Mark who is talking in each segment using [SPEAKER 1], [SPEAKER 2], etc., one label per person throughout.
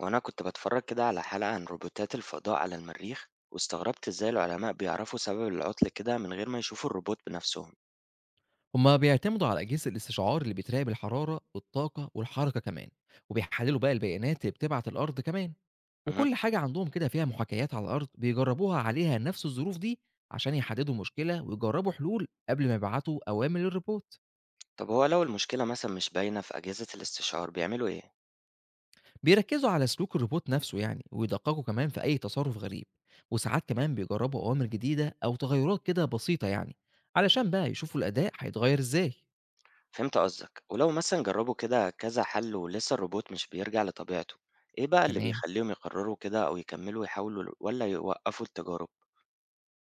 [SPEAKER 1] هو أنا كنت بتفرج كده على حلقة عن روبوتات الفضاء على المريخ واستغربت إزاي العلماء بيعرفوا سبب العطل كده من غير ما يشوفوا الروبوت بنفسهم.
[SPEAKER 2] هما بيعتمدوا على أجهزة الاستشعار اللي بتراقب الحرارة والطاقة والحركة كمان، وبيحللوا بقى البيانات اللي بتبعت الأرض كمان،
[SPEAKER 1] مه.
[SPEAKER 2] وكل حاجة عندهم كده فيها محاكيات على الأرض بيجربوها عليها نفس الظروف دي عشان يحددوا مشكلة ويجربوا حلول قبل ما يبعتوا أوامر للروبوت.
[SPEAKER 1] طب هو لو المشكلة مثلا مش باينة في أجهزة الاستشعار بيعملوا إيه؟
[SPEAKER 2] بيركزوا على سلوك الروبوت نفسه يعني، ويدققوا كمان في أي تصرف غريب، وساعات كمان بيجربوا أوامر جديدة أو تغيرات كده بسيطة يعني علشان بقى يشوفوا الأداء هيتغير إزاي.
[SPEAKER 1] فهمت قصدك، ولو مثلا جربوا كده كذا حل ولسه الروبوت مش بيرجع لطبيعته، إيه بقى اللي
[SPEAKER 2] تمام.
[SPEAKER 1] بيخليهم يقرروا كده أو يكملوا يحاولوا ولا يوقفوا التجارب؟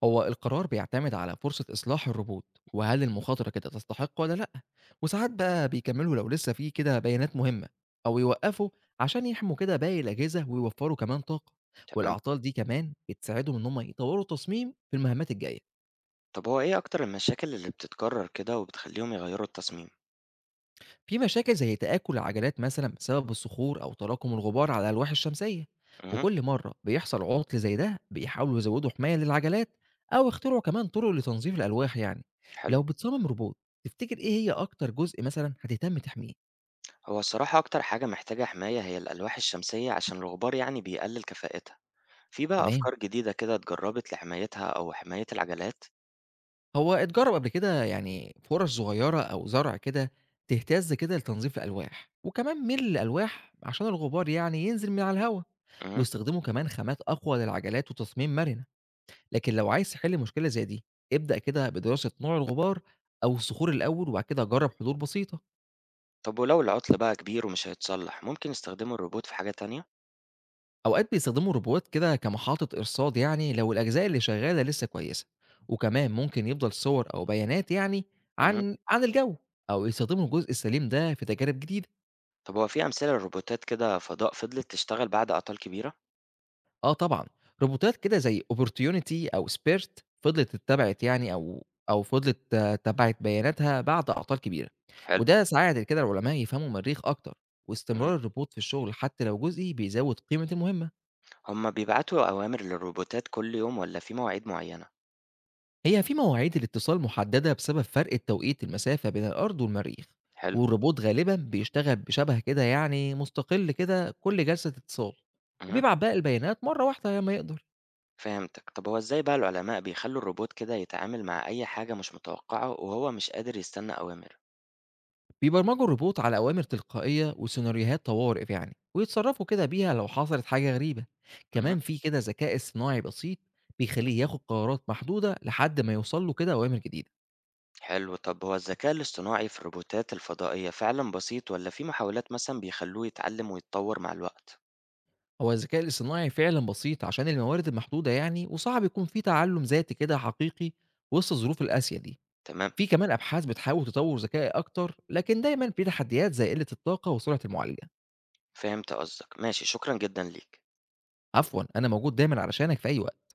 [SPEAKER 2] هو القرار بيعتمد على فرصة إصلاح الروبوت، وهل المخاطرة كده تستحق ولا لأ. وساعات بقى بيكملوا لو لسه في كده بيانات مهمة، أو يوقفوا عشان يحموا كده باقي الأجهزة ويوفروا كمان طاقة.
[SPEAKER 1] تمام.
[SPEAKER 2] والأعطال دي كمان بتساعدهم إن هم يطوروا تصميم في المهمات الجاية.
[SPEAKER 1] طب هو إيه أكتر المشاكل اللي بتتكرر كده وبتخليهم يغيروا التصميم؟
[SPEAKER 2] في مشاكل زي تآكل العجلات مثلا بسبب الصخور أو تراكم الغبار على الألواح الشمسية،
[SPEAKER 1] مه.
[SPEAKER 2] وكل مرة بيحصل عطل زي ده بيحاولوا يزودوا حماية للعجلات، أو يخترعوا كمان طرق لتنظيف الألواح يعني.
[SPEAKER 1] حلو.
[SPEAKER 2] لو بتصمم روبوت، تفتكر إيه هي أكتر جزء مثلا هتهتم تحميه؟
[SPEAKER 1] هو الصراحة أكتر حاجة محتاجة حماية هي الألواح الشمسية عشان الغبار يعني بيقلل كفاءتها. في بقى
[SPEAKER 2] تمام.
[SPEAKER 1] أفكار جديدة كده اتجربت لحمايتها أو حماية العجلات؟
[SPEAKER 2] هو اتجرب قبل كده يعني فرش صغيرة أو زرع كده تهتز كده لتنظيف الألواح، وكمان ميل الألواح عشان الغبار يعني ينزل من على الهواء.
[SPEAKER 1] امم.
[SPEAKER 2] واستخدموا كمان خامات أقوى للعجلات وتصميم مرنة. لكن لو عايز تحل مشكلة زي دي، ابدأ كده بدراسة نوع الغبار أو الصخور الأول، وبعد كده جرب حلول بسيطة.
[SPEAKER 1] طب ولو العطل بقى كبير ومش هيتصلح، ممكن يستخدموا الروبوت في حاجة تانية؟
[SPEAKER 2] أوقات بيستخدموا الروبوتات كده كمحطة إرصاد يعني لو الأجزاء اللي شغالة لسه كويسة، وكمان ممكن يفضل صور أو بيانات يعني
[SPEAKER 1] امم.
[SPEAKER 2] عن الجو، أو يستخدموا الجزء السليم ده في تجارب جديدة.
[SPEAKER 1] طب هو في أمثلة لروبوتات كده فضاء فضلت تشتغل بعد أعطال كبيرة؟
[SPEAKER 2] آه طبعًا، روبوتات كده زي opportunity أو spirit فضلت اتّبعت يعني أو فضلت تبّعت بياناتها بعد أعطال كبيرة،
[SPEAKER 1] حلو.
[SPEAKER 2] وده ساعد كده العلماء يفهموا المريخ أكتر،
[SPEAKER 1] امم.
[SPEAKER 2] واستمرار الروبوت في الشغل حتى لو جزئي بيزود قيمة المهمة.
[SPEAKER 1] هما بيبعتوا أوامر للروبوتات كل يوم ولا في مواعيد معينة؟
[SPEAKER 2] هي في مواعيد الاتصال محددة بسبب فرق التوقيت المسافة بين الأرض والمريخ،
[SPEAKER 1] حلو.
[SPEAKER 2] والروبوت غالبًا بيشتغل بشبه كده يعني مستقل كده كل جلسة اتصال،
[SPEAKER 1] امم.
[SPEAKER 2] وبيبعت باقي البيانات مرة واحدة لمّا يقدر.
[SPEAKER 1] فهمتك. طب هو إزاي بقى العلماء بيخلوا الروبوت كده يتعامل مع أي حاجة مش متوقعة وهو مش قادر يستنى أوامر؟
[SPEAKER 2] بيبرمجوا الروبوت على أوامر تلقائية وسيناريوهات طوارئ يعني، ويتصرفوا كده بيها لو حصلت حاجة غريبة.
[SPEAKER 1] مهم.
[SPEAKER 2] كمان في كده ذكاء اصطناعي بسيط بيخليه ياخد قرارات محدودة لحد ما يوصل له كده أوامر جديدة.
[SPEAKER 1] حلو. طب هو الذكاء الاصطناعي في الروبوتات الفضائية فعلا بسيط ولا في محاولات مثلا بيخلوه يتعلم ويتطور مع الوقت؟
[SPEAKER 2] هو الذكاء الاصطناعي فعلا بسيط عشان الموارد المحدودة يعني، وصعب يكون في تعلم ذاتي كده حقيقي وسط الظروف القاسية دي.
[SPEAKER 1] تمام.
[SPEAKER 2] في كمان أبحاث بتحاول تطور ذكائي أكتر، لكن دايما في تحديات زي قلة الطاقة وسرعة المعالجة.
[SPEAKER 1] فهمت قصدك. ماشي، شكرا جدا ليك.
[SPEAKER 2] عفوا، أنا موجود دايما علشانك في أي وقت.